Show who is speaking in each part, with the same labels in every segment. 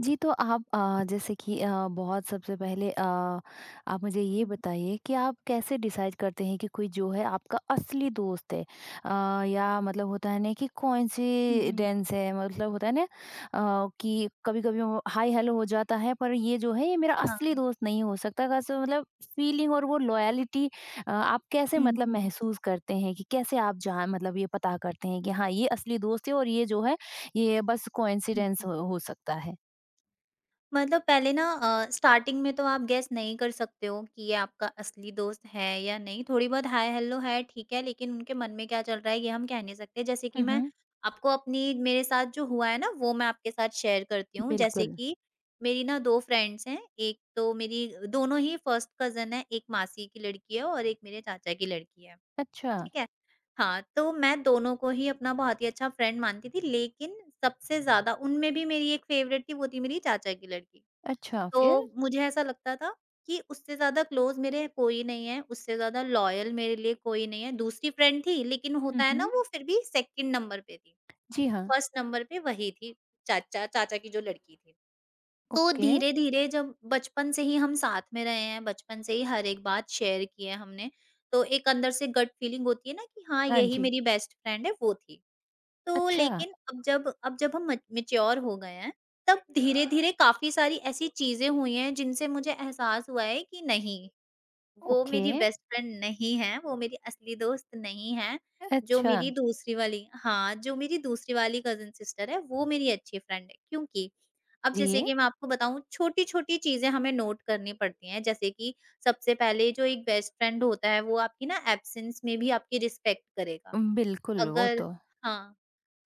Speaker 1: जी, तो आप जैसे कि बहुत सबसे पहले आप मुझे ये
Speaker 2: हुँ,
Speaker 1: बताइए कि आप कैसे डिसाइड करते हैं कि कोई जो है आपका असली दोस्त है? या मतलब होता है ना कि
Speaker 2: हुँ, हुँ।
Speaker 1: कोइंसिडेंस है मतलब होता है ना कि कभी-कभी वो हाय-हेलो हो जाता है पर ये जो है ये मेरा असली
Speaker 2: हाँ।
Speaker 1: दोस्त नहीं हो सकता। कैसे मतलब फ़ीलिंग और वो लॉयल्टी आप कैसे
Speaker 2: हुँ,
Speaker 1: मतलब
Speaker 2: हुँ,
Speaker 1: महसूस करते हैं कि कैसे आप जान मतलब ये पता करते हैं कि हाँ, ये असली दोस्त है और ये जो है ये बस
Speaker 2: हुँ,
Speaker 1: कोइंसिडेंस
Speaker 2: हुँ।
Speaker 1: हो सकता है?
Speaker 2: मतलब पहले ना स्टार्टिंग में तो आप गेस नहीं कर सकते हो कि ये आपका असली दोस्त है या नहीं, थोड़ी बहुत हाय हेलो है ठीक है, लेकिन उनके मन में क्या चल रहा है ये हम कह नहीं सकते। जैसे कि
Speaker 1: हुँ,
Speaker 2: मैं
Speaker 1: हुँ,
Speaker 2: आपको अपनी मेरे साथ जो हुआ है ना वो मैं आपके साथ शेयर करती हूँ। जैसे
Speaker 1: बिल्कुल।
Speaker 2: कि मेरी ना 2 फ्रेंड्स हैं, एक तो मेरी दोनों ही फर्स्ट कज़िन है, एक मासी की लड़की है और एक मेरे चाचा की लड़की है।
Speaker 1: अच्छा,
Speaker 2: ठीक है। हाँ, तो मैं दोनों को ही अपना बहुत ही अच्छा फ्रेंड मानती थी, लेकिन सबसे ज़्यादा उनमें भी मेरी एक फेवरेट थी, वो थी मेरी चाचा की लड़की।
Speaker 1: अच्छा फिर?
Speaker 2: तो मुझे ऐसा लगता था कि उससे ज़्यादा क्लोज़ मेरे कोई नहीं है, उससे ज़्यादा लॉयल मेरे लिए कोई नहीं है। दूसरी फ्रेंड थी, लेकिन
Speaker 1: हुँ,
Speaker 2: होता है ना
Speaker 1: हुँ,
Speaker 2: वो फिर भी सेकंड नंबर पे थी,
Speaker 1: जी हाँ,
Speaker 2: फर्स्ट नंबर पे वही थी, चाचा चाचा की जो लड़की थी। तो
Speaker 1: ओके,
Speaker 2: धीरे-धीरे जब बचपन से ही हम साथ में रहे हैं, बचपन से ही हर एक बात शेयर की है हमने, तो एक अंदर से गट फीलिंग होती है ना कि हाँ,
Speaker 1: हाँ
Speaker 2: यही
Speaker 1: जी,
Speaker 2: मेरी बेस्ट फ्रेंड है, वो थी। तो
Speaker 1: अच्छा,
Speaker 2: लेकिन अब जब हम मच मैच्योर हो गए हैं, तब धीरे-धीरे काफ़ी सारी ऐसी चीज़ें हुई हैं जिनसे मुझे एहसास हुआ है कि नहीं वो
Speaker 1: ओके,
Speaker 2: मेरी बेस्ट फ्रेंड नहीं है, वो मेरी असली दोस्त नहीं है, जो
Speaker 1: अच्छा,
Speaker 2: मेरी दूसरी वाली हाँ, जो मेरी दूसरी वाली कज़िन सिस्टर है, वो मेरी अच्छी फ्रेंड है। क्योंकि अब जैसे
Speaker 1: जी,
Speaker 2: कि मैं आपको बताऊँ छोटी-छोटी चीज़ें हमें नोट करनी पड़ती हैं, जैसे कि सबसे पहले जो एक बेस्ट फ्रेंड होता है, वो आपकी ना एब्सेंस में भी आपकी रिस्पेक्ट करेगा।
Speaker 1: बिल्कुल वो
Speaker 2: अगर
Speaker 1: तो
Speaker 2: हाँ,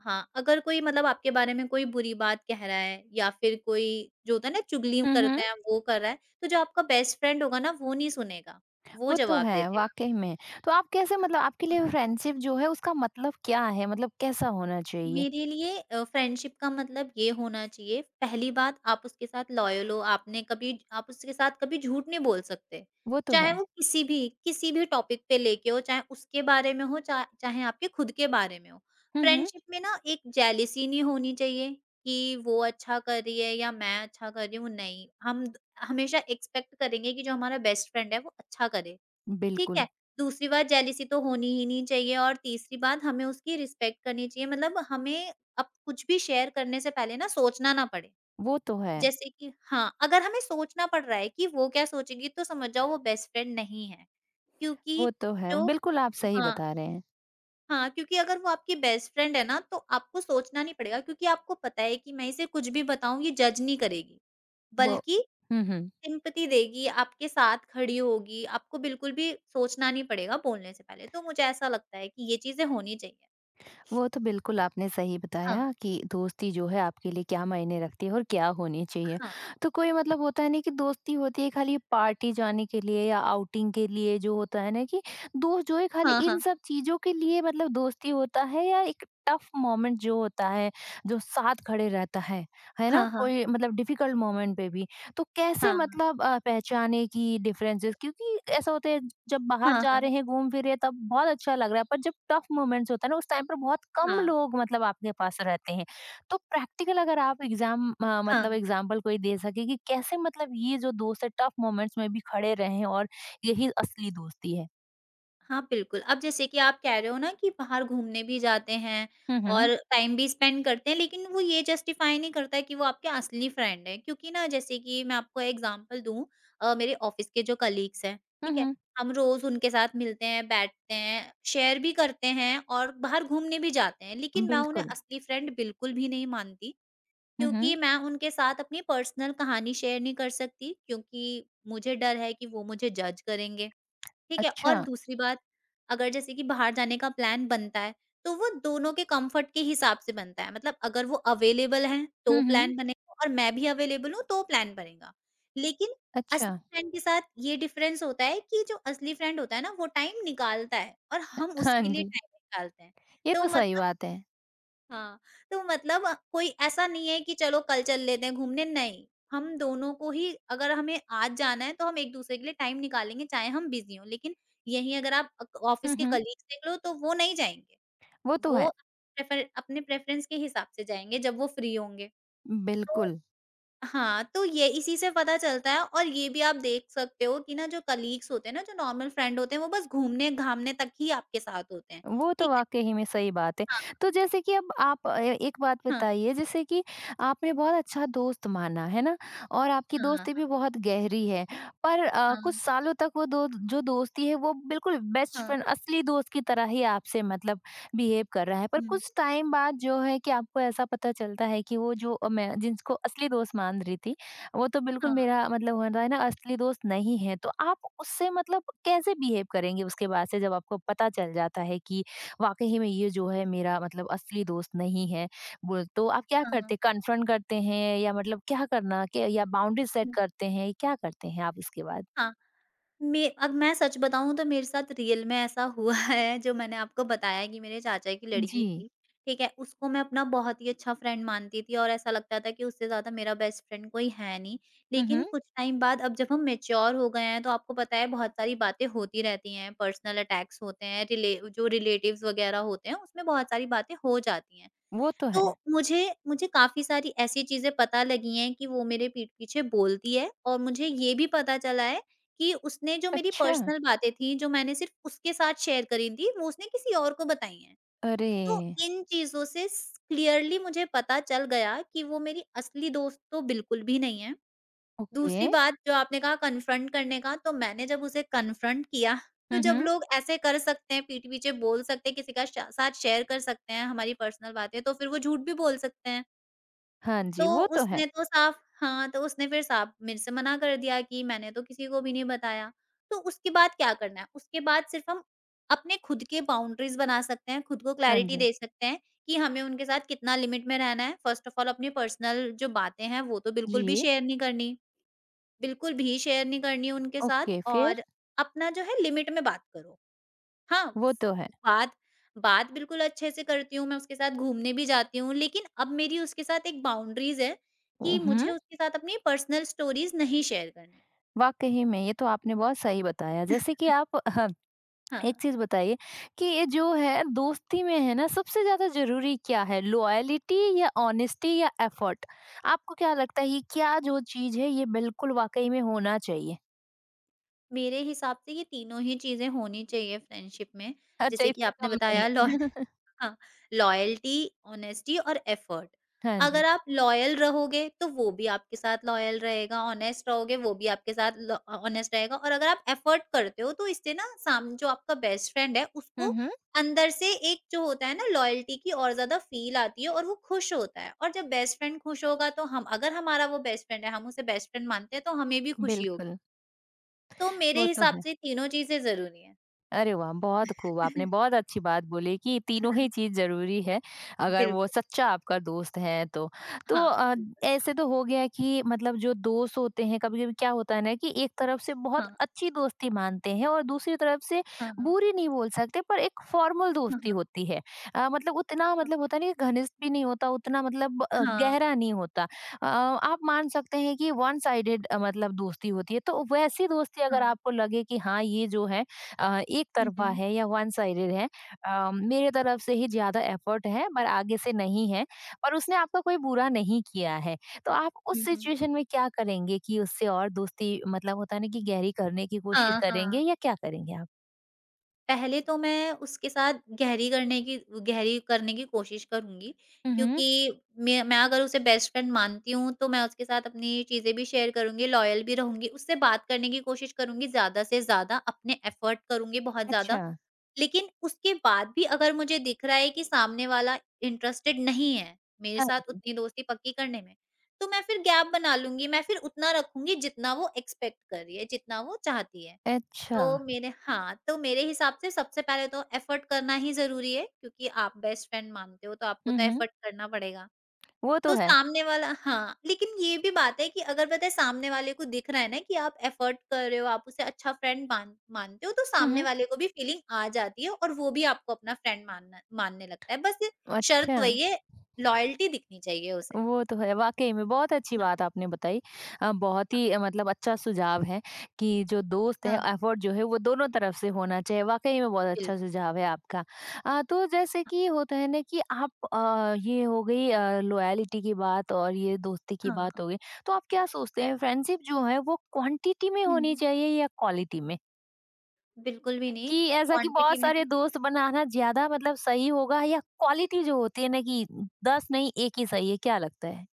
Speaker 2: हाँ, अगर कोई मतलब आपके बारे में कोई बुरी बात कह रहा है या फिर कोई जो होता है ना चुगली
Speaker 1: हुँ, हुँ,
Speaker 2: करते हैं वो कर रहा है, तो जो आपका बेस्ट फ्रेंड होगा ना वो नहीं सुनेगा, वो
Speaker 1: वो तो
Speaker 2: जवाब दे
Speaker 1: है
Speaker 2: देगा।
Speaker 1: वाक़ई में। तो आप कैसे मतलब आपके लिए फ्रेंडशिप जो है उसका मतलब क्या है? मतलब कैसा होना चाहिए?
Speaker 2: मेरे लिए फ्रेंडशिप का मतलब ये होना चाहिए पहली बात आप उसके साथ लॉयल हो आपने कभी आप उसके साथ कभी झूठ नहीं बोल सकते
Speaker 1: वो तो
Speaker 2: चाहे
Speaker 1: है।
Speaker 2: वो किसी भी टॉपिक पे लेके हो चाहे उसके बारे में हो चाहे आपके खुद के बारे में हो
Speaker 1: हुँ, हुँ,
Speaker 2: फ्रेंडशिप में ना एक जेलिसी नहीं होनी चाहिए कि वो अच्छा कर रही है या मैं अच्छा कर रही हूँ नहीं हम हमेशा एक्सपेक्ट करेंगे कि जो हमारा बेस्ट फ्रेंड है वो अच्छा करे ठीक
Speaker 1: बिल्कुल,
Speaker 2: है? दूसरी बात जेलसी तो होनी ही नहीं चाहिए और तीसरी बात हमें उसकी रिस्पेक्ट करनी चाहिए मतलब हमें अब कुछ भी शेयर करने से पहले ना सोचना ना पड़े।
Speaker 1: वो तो है,
Speaker 2: जैसे कि हाँ, अगर हमें सोचना पड़ रहा है कि वो क्या सोचेगी तो समझ जाओ वो बेस्ट फ्रेंड नहीं है। क्योंकि
Speaker 1: वो तो है,
Speaker 2: जो
Speaker 1: बिल्कुल आप सही
Speaker 2: हाँ,
Speaker 1: बता रहे हैं।
Speaker 2: हाँ क्योंकि अगर वो आपकी बेस्ट फ्रेंड है ना तो आपको सोचना नहीं पड़ेगा क्योंकि आपको पता है कि मैं इसे कुछ भी बताऊँ ये जज नहीं करेगी,
Speaker 1: वो
Speaker 2: बल्कि
Speaker 1: हुँ, हुँ।
Speaker 2: सिम्पैथी देगी, आपके साथ खड़ी होगी, आपको बिल्कुल भी सोचना नहीं पड़ेगा बोलने से पहले, तो मुझे ऐसा लगता है कि ये चीज़ें होनी चाहिए।
Speaker 1: वो तो बिल्कुल आपने सही
Speaker 2: हाँ।
Speaker 1: बताया कि दोस्ती जो है आपके लिए क्या मायने रखती है और क्या होनी चाहिए।
Speaker 2: हाँ।
Speaker 1: तो कोई मतलब होता है ना कि दोस्ती होती है खाली पार्टी जाने के लिए या आउटिंग के लिए जो होता है ना कि दोस्त जो है खाली
Speaker 2: हाँ,
Speaker 1: इन
Speaker 2: हाँ।
Speaker 1: सब चीज़ों के लिए मतलब दोस्ती होता है या एक टफ मोमेंट जो होता है, जो साथ खड़े रहता है ना?
Speaker 2: हाँ, हाँ।
Speaker 1: कोई मतलब डिफिकल्ट मोमेंट पे भी तो कैसे
Speaker 2: हाँ,
Speaker 1: मतलब पहचाने कि डिफरेंसेस क्योंकि ऐसा होता है जब बाहर
Speaker 2: हाँ,
Speaker 1: जा
Speaker 2: हाँ,
Speaker 1: रहे हैं घूम फिर रहे हैं तब बहुत अच्छा लग रहा है पर जब टफ मोमेंट्स होता है ना उस टाइम पर बहुत कम
Speaker 2: हाँ,
Speaker 1: लोग मतलब आपके पास रहते हैं तो प्रैक्टिकल अगर आप
Speaker 2: हाँ।
Speaker 1: मतलब एग्जाम्पल कोई दे सके कि कैसे मतलब ये जो दोस्त है टफ मोमेंट्स में भी खड़े रहे हैं और यही असली दोस्ती है
Speaker 2: हाँ, बिल्कुल। अब जैसे कि आप कह रहे हो ना कि बाहर घूमने भी जाते हैं
Speaker 1: हम्म हम्म
Speaker 2: और टाइम भी स्पेंड करते हैं, लेकिन वो ये जस्टिफ़ाई नहीं करता कि वो आपके असली फ्रेंड हैं। क्योंकि ना जैसे कि मैं आपको एग्ज़ाम्पल दूँ मेरे ऑफ़िस के जो कलीग्स हैं, ठीक है?
Speaker 1: हम्म
Speaker 2: हम रोज़ उनके साथ मिलते हैं, बैठते हैं, शेयर भी करते हैं और बाहर घूमने भी जाते हैं। लेकिन मैं उन्हें
Speaker 1: बिल्कुल
Speaker 2: असली फ्रेंड बिल्कुल भी नहीं मानती,
Speaker 1: हम्म हम्म,
Speaker 2: क्योंकि मैं उनके साथ अपनी पर्सनल कहानी शेयर नहीं कर सकती, क्योंकि मुझे डर है कि वो मुझे जज करेंगे। ठीक है? और
Speaker 1: अच्छा
Speaker 2: दूसरी बात, अगर जैसे कि बाहर जाने का प्लान बनता है, तो वो दोनों के कम्फ़र्ट के हिसाब से बनता है। मतलब अगर वो अवेलेबल हैं, तो
Speaker 1: हम्म हम्म,
Speaker 2: प्लान बनेगा और मैं भी अवेलेबल हूँ, तो प्लान बनेगा। लेकिन
Speaker 1: अच्छा
Speaker 2: असली फ्रेंड के साथ ये डिफ़रेंस होता है कि जो असली फ्रेंड होता है ना, वो टाइम निकालता है और हम
Speaker 1: हाँ
Speaker 2: उसके लिए
Speaker 1: जी
Speaker 2: टाइम निकालते हैं।
Speaker 1: ये
Speaker 2: तो
Speaker 1: तो सही
Speaker 2: मतलब
Speaker 1: बात है
Speaker 2: हाँ, तो मतलब कोई ऐसा नहीं है कि चलो कल चल लेते हैं घूमने, नहीं। हम दोनों को ही अगर हमें आज जाना है, तो हम एक-दूसरे के लिए टाइम निकालेंगे चाहे हम बिज़ी हों। लेकिन यहीं अगर आप ऑफ़िस
Speaker 1: हम्म
Speaker 2: के
Speaker 1: हम्म,
Speaker 2: कलीग्स देख लो तो वो नहीं जाएँगे।
Speaker 1: वो तो है
Speaker 2: वो प्रेफर अपने प्रेफ़रेंस के हिसाब से जाएँगे जब वो फ्री होंगे। तो
Speaker 1: बिल्कुल
Speaker 2: हाँ, तो ये इसी से पता चलता है और ये भी आप देख सकते हो कि ना जो कलीग्स होते हैं ना, जो नॉर्मल फ्रेंड होते हैं, वो बस घूमने-घामने तक ही आपके साथ होते हैं।
Speaker 1: वो तो
Speaker 2: ठीक है?
Speaker 1: वाक़ई ही में सही बात है।
Speaker 2: हाँ,
Speaker 1: तो जैसे कि अब आप एक बात
Speaker 2: हाँ,
Speaker 1: बताइए जैसे कि आपने बहुत अच्छा दोस्त माना, है ना? और आपकी
Speaker 2: हाँ, हाँ,
Speaker 1: दोस्ती भी बहुत गहरी है। पर कुछ
Speaker 2: हाँ,
Speaker 1: सालों तक वो दो जो दोस्ती है वो बिल्कुल बेस्ट
Speaker 2: हाँ,
Speaker 1: फ्रेंड असली दोस्त की तरह ही आपसे मतलब बिहेव कर रहा है। पर
Speaker 2: हुँ।
Speaker 1: कुछ टाइम बाद जो है कि आपको ऐसा पता चलता है कि वो जो मैं जिसको असली दोस्त मान रही थी वो तो बिल्कुल
Speaker 2: हाँ,
Speaker 1: मेरा मतलब होता है ना असली दोस्त नहीं है, तो आप उससे मतलब कैसे बिहेव करेंगे उसके बाद से जब आपको पता चल जाता है कि वाक़ई में ये जो है मेरा मतलब असली दोस्त नहीं है। वो तो आप क्या
Speaker 2: हाँ।
Speaker 1: करते कन्फ्रंट करते हैं या मतलब क्या करना क्या या बाउंड्री सेट
Speaker 2: हुँ,
Speaker 1: करते हैं, क्या करते हैं आप इसके बाद?
Speaker 2: हाँ, मैं सच बताऊँ तो मेरे साथ रियल में ऐसा हुआ है जो मैंने आपको बताया कि मेरे चाचा की लड़की
Speaker 1: जी।
Speaker 2: थी, ठीक है? उसको मैं अपना बहुत ही अच्छा फ्रेंड मानती थी और ऐसा लगता था कि उससे ज़्यादा मेरा बेस्ट फ्रेंड कोई है नहीं।
Speaker 1: हुँ,
Speaker 2: लेकिन
Speaker 1: हुँ।
Speaker 2: कुछ टाइम बाद अब जब हम मैच्योर हो गए हैं तो आपको पता है बहुत सारी बातें होती रहती हैं, पर्सनल अटैक्स होते हैं, रिले जो रिलेटिव्स वगैरह होते हैं उसमें बहुत सारी बातें हो जाती हैं।
Speaker 1: वो तो है।
Speaker 2: तो मुझे मुझे काफ़ी सारी ऐसी चीज़ें पता लगी हैं कि वो मेरे पीठ पीछे बोलती है और मुझे ये भी पता चला है कि उसने जो मेरी
Speaker 1: अच्छा।
Speaker 2: पर्सनल बातें थी, जो मैंने सिर्फ़ उसके साथ शेयर करी थी, वो उसने किसी और को बताई हैं।
Speaker 1: अरे!
Speaker 2: तो इन चीज़ों से स क्लियरली मुझे पता चल गया कि वो मेरी असली दोस्त तो बिल्कुल भी नहीं है। दूसरी
Speaker 1: ओके।
Speaker 2: बात जो आपने कहा कन्फ्रंट करने का, तो मैंने जब उसे कन्फ्रंट किया, तो
Speaker 1: हुँ,
Speaker 2: जब
Speaker 1: हुँ।
Speaker 2: लोग ऐसे कर सकते हैं, पीठ पीछे बोल सकते हैं, किसी का श साथ शेयर कर सकते हैं हमारी पर्सनल बातें, तो फिर वो झूठ भी बोल सकते हैं।
Speaker 1: हाँ
Speaker 2: तो
Speaker 1: जी, वो तो है।
Speaker 2: उसने तो साफ हाँ, तो उसने फिर साफ मेरे से मना कर दिया कि मैंने तो किसी को भी नहीं बताया। तो उसके बाद क्या करना है? उसके बाद सिर्फ़ हम अपने खुद के बाउंड्रीज़ बना सकते हैं, खुद को
Speaker 1: हाँ
Speaker 2: क्लैरिटी
Speaker 1: जी।
Speaker 2: दे सकते हैं कि हमें उनके साथ कितना लिमिट में रहना है। फर्स्ट ऑफ़ ऑल अपनी पर्सनल जो बातें हैं, वो तो बिल्कुल भी
Speaker 1: जी।
Speaker 2: शेयर नहीं करनी। बिल्कुल भी शेयर नहीं करनी उनके साथ
Speaker 1: ओके, फिर?
Speaker 2: और अपना जो है लिमिट में बात करो। हाँ,
Speaker 1: वो तो है।
Speaker 2: बात बात बिल्कुल अच्छे से करती हूँ, मैं उसके साथ घूमने भी जाती हूँ, लेकिन अब मेरी उसके साथ एक बाउंड्रीज़ है कि
Speaker 1: हुँ।
Speaker 2: मुझे उसके साथ अपनी पर्सनल स्टोरीज़ नहीं शेयर करनी।
Speaker 1: वाक़ई में, ये तो आपने बहुत सही बताया। जैसे कि आप एक
Speaker 2: हाँ,
Speaker 1: चीज़ बताइए कि ये जो है दोस्ती में है ना सबसे ज़्यादा ज़रूरी क्या है? लॉयल्टी या ऑनेस्टी या एफर्ट? आपको क्या लगता है ये क्या जो चीज़ है ये बिल्कुल वाक़ई में होना चाहिए?
Speaker 2: मेरे हिसाब से ये तीनों ही चीज़ें होनी चाहिए फ्रेंडशिप में।
Speaker 1: अच्छा
Speaker 2: जैसे कि
Speaker 1: इससे
Speaker 2: आपने
Speaker 1: कम नहीं।
Speaker 2: बताया लॉ हाँ, लॉयल्टी, ऑनेस्टी और एफर्ट।
Speaker 1: हाँ जी।
Speaker 2: अगर आप लॉयल रहोगे, तो वो भी आपके साथ लॉयल रहेगा, ऑनेस्ट रहोगे, वो भी आपके साथ ऑनेस्ट रहेगा और अगर आप एफर्ट करते हो, तो इससे ना साम जो आपका बेस्ट फ्रेंड है,
Speaker 1: हुँ,
Speaker 2: उसको
Speaker 1: हुँ।
Speaker 2: अंदर से एक जो होता है ना लॉयल्टी की और ज़्यादा फ़ील आती है और वो खुश होता है और जब बेस्ट फ्रेंड खुश होगा, तो हम अगर हमारा वो बेस्ट फ्रेंड है, हम उसे बेस्ट फ्रेंड मानते हैं, तो हमें भी खुशी होगी।
Speaker 1: बिल्कुल,
Speaker 2: तो मेरे
Speaker 1: वो तो
Speaker 2: हिसाब
Speaker 1: है।
Speaker 2: से तीनों चीज़ें ज़रूरी हैं।
Speaker 1: अरे वाह! बहुत खूब, आपने बहुत अच्छी बात बोली कि तीनों ही चीज़ ज़रूरी है, अगर वो
Speaker 2: बिल्कुल,
Speaker 1: सच्चा आपका दोस्त है तो। तो
Speaker 2: हाँ, बिल्कुल।
Speaker 1: ऐसे तो हो गया कि मतलब जो दोस्त होते हैं, कभी-कभी क्या होता है ना कि एक तरफ से बहुत
Speaker 2: हाँ,
Speaker 1: अच्छी दोस्ती मानते हैं और दूसरी तरफ से
Speaker 2: हाँ, हाँ।
Speaker 1: बुरी नहीं बोल सकते, पर एक फॉर्मल
Speaker 2: हाँ,
Speaker 1: दोस्ती
Speaker 2: हाँ।
Speaker 1: होती है। मतलब उतना मतलब होता नहीं है, घनिष्ठ भी नहीं होता, उतना मतलब
Speaker 2: हाँ,
Speaker 1: गहरा नहीं होता। आप मान सकते हैं कि वन साइडेड मतलब दोस्ती होती है, तो वैसी दोस्ती अगर
Speaker 2: हाँ।
Speaker 1: आपको लगे कि हाँ, ये जो है एक
Speaker 2: हुँ,
Speaker 1: तरफ़ा
Speaker 2: हुँ।
Speaker 1: है या वन साइडेड है मेरे तरफ से ही ज़्यादा एफ़र्ट है पर आगे से नहीं है, पर उसने आपका कोई बुरा नहीं किया है। तो आप उस
Speaker 2: हुँ, हुँ।
Speaker 1: सिचुएशन में क्या करेंगे कि उससे और दोस्ती मतलब होता है ना कि गहरी करने की कोशिश
Speaker 2: हाँ,
Speaker 1: करेंगे
Speaker 2: हाँ।
Speaker 1: या क्या करेंगे आप?
Speaker 2: पहले तो मैं उसके साथ गहरी करने की गहरी करने की कोशिश करूँगी
Speaker 1: हुँ, हुँ।
Speaker 2: क्योंकि मैं अगर उसे बेस्ट फ्रेंड मानती हूँ, तो मैं उसके साथ अपनी चीज़ें भी शेयर करूँगी, लॉयल भी रहूँगी, उससे बात करने की कोशिश करूँगी ज़्यादा से ज़्यादा, अपने एफ़र्ट करूँगी बहुत
Speaker 1: अच्छा।
Speaker 2: ज़्यादा लेकिन उसके बाद भी अगर मुझे दिख रहा है कि सामने वाला इंटरेस्टेड नहीं है मेरे
Speaker 1: हाँ।
Speaker 2: साथ उतनी दोस्ती पक्की करने में, तो मैं फिर गैप बना लूँगी, मैं फिर उतना रखूँगी जितना वो एक्सपेक्ट कर रही है, जितना वो चाहती है।
Speaker 1: अच्छा।
Speaker 2: तो मेरे हाँ, तो मेरे हिसाब से सबसे पहले तो एफर्ट करना ही ज़रूरी है क्योंकि आप बेस्ट फ्रेंड मानते हो तो आपको
Speaker 1: हुँ,
Speaker 2: तो
Speaker 1: हुँ।
Speaker 2: एफर्ट करना पड़ेगा।
Speaker 1: वो तो
Speaker 2: तो
Speaker 1: है।
Speaker 2: सामने वाला हाँ, लेकिन ये भी बात है कि अगर पता है सामने वाले को दिख रहा है ना कि आप एफर्ट कर रहे हो, आप उसे अच्छा फ्रेंड मानते हो, तो
Speaker 1: हुँ,
Speaker 2: सामने
Speaker 1: हुँ।
Speaker 2: वाले को भी फीलिंग आ जाती है और वो भी आपको अपना फ्रेंड मानना मानने लगता है। बस ये
Speaker 1: अच्छा।
Speaker 2: शर्त वही है, लॉयल्टी दिखनी चाहिए उसे।
Speaker 1: वो तो है, वाक़ई में बहुत अच्छी
Speaker 2: हाँ,
Speaker 1: बात आपने बताई। बहुत ही मतलब अच्छा सुझाव है कि जो दोस्त
Speaker 2: हाँ,
Speaker 1: है
Speaker 2: हाँ,
Speaker 1: एफ़र्ट जो है वो दोनों तरफ से होना चाहिए, वाक़ई में बहुत अच्छा
Speaker 2: बिल्कुल।
Speaker 1: सुझाव है आपका। तो जैसे
Speaker 2: हाँ,
Speaker 1: कि होता है ना कि आप ये हो गई लॉयल्टी की बात और ये दोस्ती की बात
Speaker 2: हाँ।
Speaker 1: हो गई। तो आप क्या सोचते हैं फ्रेंडशिप जो है वो क्वांटिटी में होनी
Speaker 2: हुँ।
Speaker 1: चाहिए या क्वालिटी में?
Speaker 2: बिल्कुल भी नहीं,
Speaker 1: कि ऐसा कि
Speaker 2: क्वांटिटी
Speaker 1: बहुत
Speaker 2: में
Speaker 1: सारे दोस्त बनाना ज़्यादा मतलब सही होगा या क्वालिटी जो होती है ना कि 10 नहीं 1 ही सही है, क्या लगता है?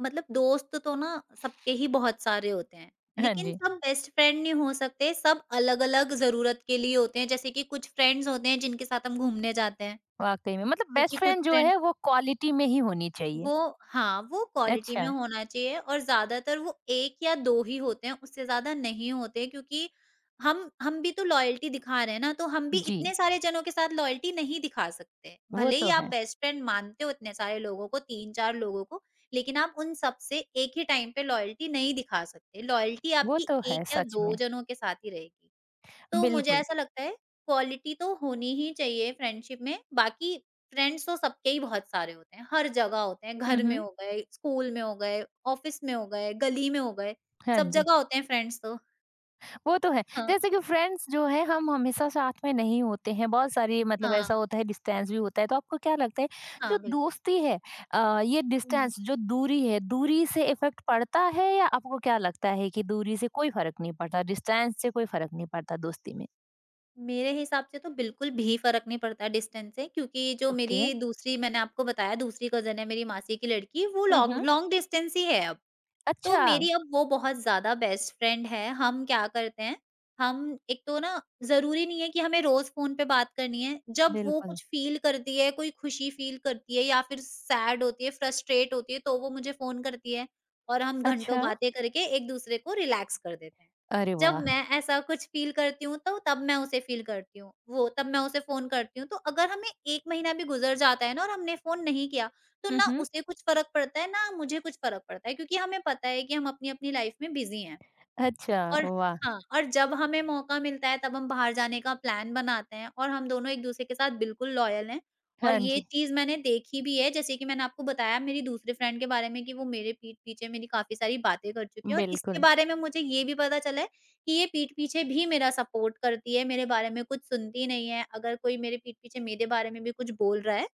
Speaker 2: मतलब दोस्त तो ना सबके ही बहुत सारे होते हैं,
Speaker 1: हाँ
Speaker 2: लेकिन
Speaker 1: जी।
Speaker 2: सब हुँ। बेस्ट फ्रेंड नहीं हो सकते, सब अलग-अलग ज़रूरत के लिए होते हैं। जैसे कि कुछ फ्रेंड्स होते हैं जिनके साथ हम घूमने जाते हैं,
Speaker 1: वाक़ई में, मतलब
Speaker 2: क्योंकि
Speaker 1: बेस्ट
Speaker 2: कुछ
Speaker 1: फ्रेंड जो
Speaker 2: फ्रेंड्स
Speaker 1: है वो क्वालिटी में ही होनी चाहिए।
Speaker 2: वो हाँ, वो क्वालिटी में
Speaker 1: अच्छा,
Speaker 2: होना चाहिए और ज़्यादातर वो 1 या 2 ही होते हैं, उससे ज़्यादा नहीं होते क्योंकि हम भी तो लॉयल्टी दिखा रहे हैं ना, तो हम भी
Speaker 1: जी,
Speaker 2: इतने सारे जनों के साथ लॉयल्टी नहीं दिखा सकते।
Speaker 1: वो
Speaker 2: भले ही
Speaker 1: तो
Speaker 2: आप
Speaker 1: है,
Speaker 2: बेस्ट फ्रेंड मानते हो इतने सारे लोगों को, 3-4 लोगों को, लेकिन आप उन सबसे एक ही टाइम पे लॉयल्टी नहीं दिखा सकते। लॉयल्टी
Speaker 1: वो
Speaker 2: आपकी
Speaker 1: तो है
Speaker 2: 1 या
Speaker 1: सच
Speaker 2: 2
Speaker 1: में,
Speaker 2: जनों के साथ ही रहेगी। तो मुझे
Speaker 1: बिल्कुल।
Speaker 2: ऐसा लगता है क्वालिटी तो होनी ही चाहिए फ्रेंडशिप में। बाकी फ्रेंड्स तो सबके ही बहुत सारे होते हैं, हर जगह होते हैं,
Speaker 1: हुँ,
Speaker 2: घर में
Speaker 1: हुँ।
Speaker 2: हो गए, स्कूल में हो गए, ऑफ़िस में हो गए, गली में हो गए,
Speaker 1: हाँ
Speaker 2: सब
Speaker 1: जी,
Speaker 2: जगह होते हैं फ्रेंड्स तो।
Speaker 1: वो तो है।
Speaker 2: हाँ,
Speaker 1: जैसे कि फ्रेंड्स जो है हम हमेशा साथ में नहीं होते हैं, बहुत सारी मतलब
Speaker 2: हाँ,
Speaker 1: ऐसा होता है डिस्टेंस भी होता है, तो आपको क्या लगता है
Speaker 2: हाँ,
Speaker 1: जो
Speaker 2: बिल्कुल।
Speaker 1: दोस्ती है ये
Speaker 2: हुँ,
Speaker 1: डिस्टेंस जो दूरी है, दूरी से इफ़ेक्ट पड़ता है या आपको क्या लगता है कि दूरी से कोई फ़र्क नहीं पड़ता, डिस्टेंस से कोई फ़र्क नहीं पड़ता दोस्ती में?
Speaker 2: मेरे हिसाब से तो बिल्कुल भी फ़र्क नहीं पड़ता डिस्टेंस से क्योंकि जो
Speaker 1: ओके।
Speaker 2: मेरी दूसरी मैंने आपको बताया दूसरी कज़िन है मेरी मासी की लड़की, वो
Speaker 1: हुँ,
Speaker 2: लॉन्ग
Speaker 1: हुँ।
Speaker 2: लॉन्ग डिस्टेंस ही है अब। तो
Speaker 1: अच्छा,
Speaker 2: मेरी अब वो बहुत ज़्यादा बेस्ट फ्रेंड है, हम क्या करते हैं, हम एक तो ना ज़रूरी नहीं है कि हमें रोज़ फ़ोन पे बात करनी है, जब वो
Speaker 1: बिल्कुल।
Speaker 2: कुछ फ़ील करती है, कोई खुशी फ़ील करती है या फिर सैड होती है, फ्रस्ट्रेट होती है, तो वो मुझे फ़ोन करती है और हम घंटों
Speaker 1: अच्छा।
Speaker 2: बातें करके एक-दूसरे को रिलैक्स कर देते हैं।
Speaker 1: अरे
Speaker 2: जब
Speaker 1: वाह!
Speaker 2: मैं ऐसा कुछ फ़ील करती हूँ, तब मैं उसे फ़ोन करती हूँ, तो अगर हमें 1 महीना भी गुज़र जाता है ना और हमने फ़ोन नहीं किया, तो
Speaker 1: हुँ,
Speaker 2: ना
Speaker 1: हुँ।
Speaker 2: उसे कुछ फ़र्क पड़ता है, ना मुझे कुछ फ़र्क पड़ता है क्योंकि हमें पता है कि हम अपनी-अपनी लाइफ़ में बिज़ी हैं।
Speaker 1: अच्छा,
Speaker 2: और
Speaker 1: वाह!
Speaker 2: हाँ, और जब हमें मौका मिलता है तब हम बाहर जाने का प्लान बनाते हैं और हम दोनों एक-दूसरे के साथ बिल्कुल लॉयल हैं। और
Speaker 1: हाँ
Speaker 2: ये
Speaker 1: जी,
Speaker 2: चीज़ मैंने देखी भी है जैसे कि मैंने आपको बताया मेरी दूसरे फ्रेंड के बारे में कि वो मेरे पीठ पीछे मेरी काफ़ी सारी बातें कर चुकी है और इसके
Speaker 1: बिल्कुल।
Speaker 2: बारे में मुझे ये भी पता चला है कि ये पीठ पीछे भी मेरा सपोर्ट करती है, मेरे बारे में कुछ सुनती नहीं है। अगर कोई मेरे पीठ पीछे मेरे बारे में भी कुछ बोल रहा है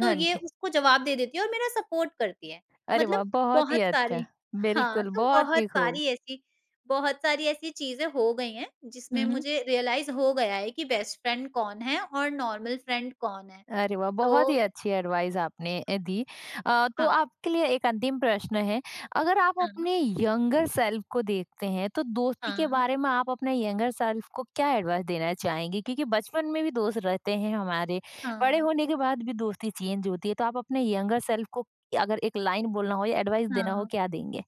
Speaker 2: तो
Speaker 1: हाँ
Speaker 2: ये
Speaker 1: जी।
Speaker 2: उसको जवाब दे देती है और मेरा सपोर्ट करती है।
Speaker 1: अरे
Speaker 2: मतलब
Speaker 1: वाह! बहुत ही
Speaker 2: बहुत
Speaker 1: अच्छा।
Speaker 2: सारी हाँ,
Speaker 1: बिल्कुल,
Speaker 2: तो
Speaker 1: बहुत ही खूब।
Speaker 2: बहुत सारी ऐसी चीज़ें हो गई हैं, जिसमें
Speaker 1: हुँ, हुँ।
Speaker 2: मुझे रियलाइज़ हो गया है कि बेस्ट फ्रेंड कौन है और नॉर्मल फ्रेंड कौन है।
Speaker 1: अरे वाह!
Speaker 2: तो
Speaker 1: बहुत ही अच्छी एडवाइस आपने दी। तो
Speaker 2: हाँ,
Speaker 1: आपके लिए एक अंतिम प्रश्न है, अगर आप
Speaker 2: हाँ,
Speaker 1: अपने यंगर सेल्फ को देखते हैं, तो दोस्ती के
Speaker 2: हाँ,
Speaker 1: बारे में आप अपने यंगर सेल्फ को क्या एडवाइस देना चाहेंगे? क्योंकि बचपन में भी दोस्त रहते हैं हमारे, बड़े
Speaker 2: हाँ,
Speaker 1: होने के बाद भी दोस्ती चेंज होती है, तो आप अपने यंगर सेल्फ को अगर एक लाइन बोलना हो या एडवाइस देना हो,
Speaker 2: हाँ।
Speaker 1: क्या देंगे?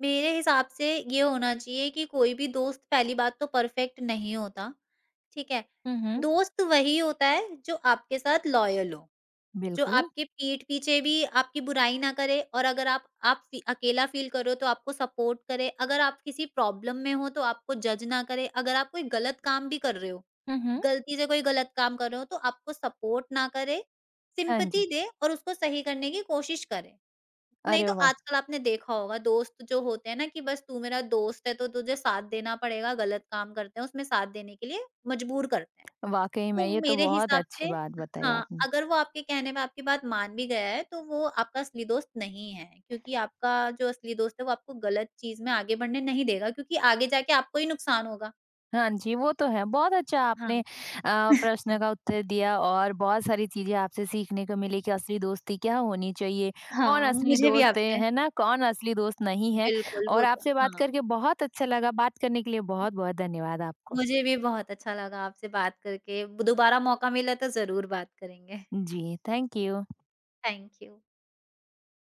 Speaker 2: मेरे हिसाब से ये होना चाहिए कि कोई भी दोस्त पहली बात तो परफेक्ट नहीं होता, ठीक है?
Speaker 1: हुँ, हुँ।
Speaker 2: दोस्त वही होता है जो आपके साथ लॉयल हो। जो
Speaker 1: बिल्कुल।
Speaker 2: आपके पीठ पीछे भी आपकी बुराई ना करे और अगर आप आप फी अकेला फ़ील कर रहे हो तो आपको सपोर्ट करे, अगर आप किसी प्रॉब्लम में हो तो आपको जज ना करे, अगर आप कोई गलत काम भी कर रहे हो,
Speaker 1: हुँ, हुँ।
Speaker 2: गलती से कोई गलत काम कर रहे हो तो आपको सपोर्ट ना करे,
Speaker 1: हाँ जी।
Speaker 2: सिंपैथी दे और उसको सही करने की कोशिश करे। नहीं
Speaker 1: अरे
Speaker 2: तो
Speaker 1: वाह!
Speaker 2: आजकल आपने देखा होगा दोस्त जो होते हैं ना कि बस तू मेरा दोस्त है तो तुझे साथ देना पड़ेगा, गलत काम करते हैं उसमें साथ देने के लिए मजबूर करते हैं।
Speaker 1: वाक़ई में
Speaker 2: तो
Speaker 1: ये तो
Speaker 2: मेरे
Speaker 1: बहुत
Speaker 2: हिसाब से
Speaker 1: अच्छी बात बताई
Speaker 2: हाँ,
Speaker 1: आपने।
Speaker 2: अगर वो आपके कहने में आपकी बात मान भी गया है, तो वो आपका असली दोस्त नहीं है, क्योंकि आपका जो असली दोस्त है, वो आपको गलत चीज़ में आगे बढ़ने नहीं देगा, क्योंकि आगे जाके आपको ही नुकसान होगा।
Speaker 1: हाँ जी, वो तो है। बहुत अच्छा आपने
Speaker 2: हाँ।
Speaker 1: प्रश्न का उत्तर दिया और बहुत सारी चीज़ें आपसे सीखने को मिली कि असली दोस्ती क्या होनी चाहिए, कौन
Speaker 2: हाँ,
Speaker 1: असली
Speaker 2: मुझे भी
Speaker 1: दोस्त
Speaker 2: आपसे
Speaker 1: है ना? कौन असली दोस्त नहीं है
Speaker 2: बिल्कुल,
Speaker 1: और
Speaker 2: वो तो
Speaker 1: आपसे बात
Speaker 2: हाँ,
Speaker 1: करके बहुत अच्छा लगा। बात करने के लिए बहुत-बहुत धन्यवाद आपको।
Speaker 2: मुझे भी बहुत अच्छा लगा आपसे बात करके। दोबारा मौका मिला तो ज़रूर बात करेंगे।
Speaker 1: जी, थैंक यू।
Speaker 2: Thank you.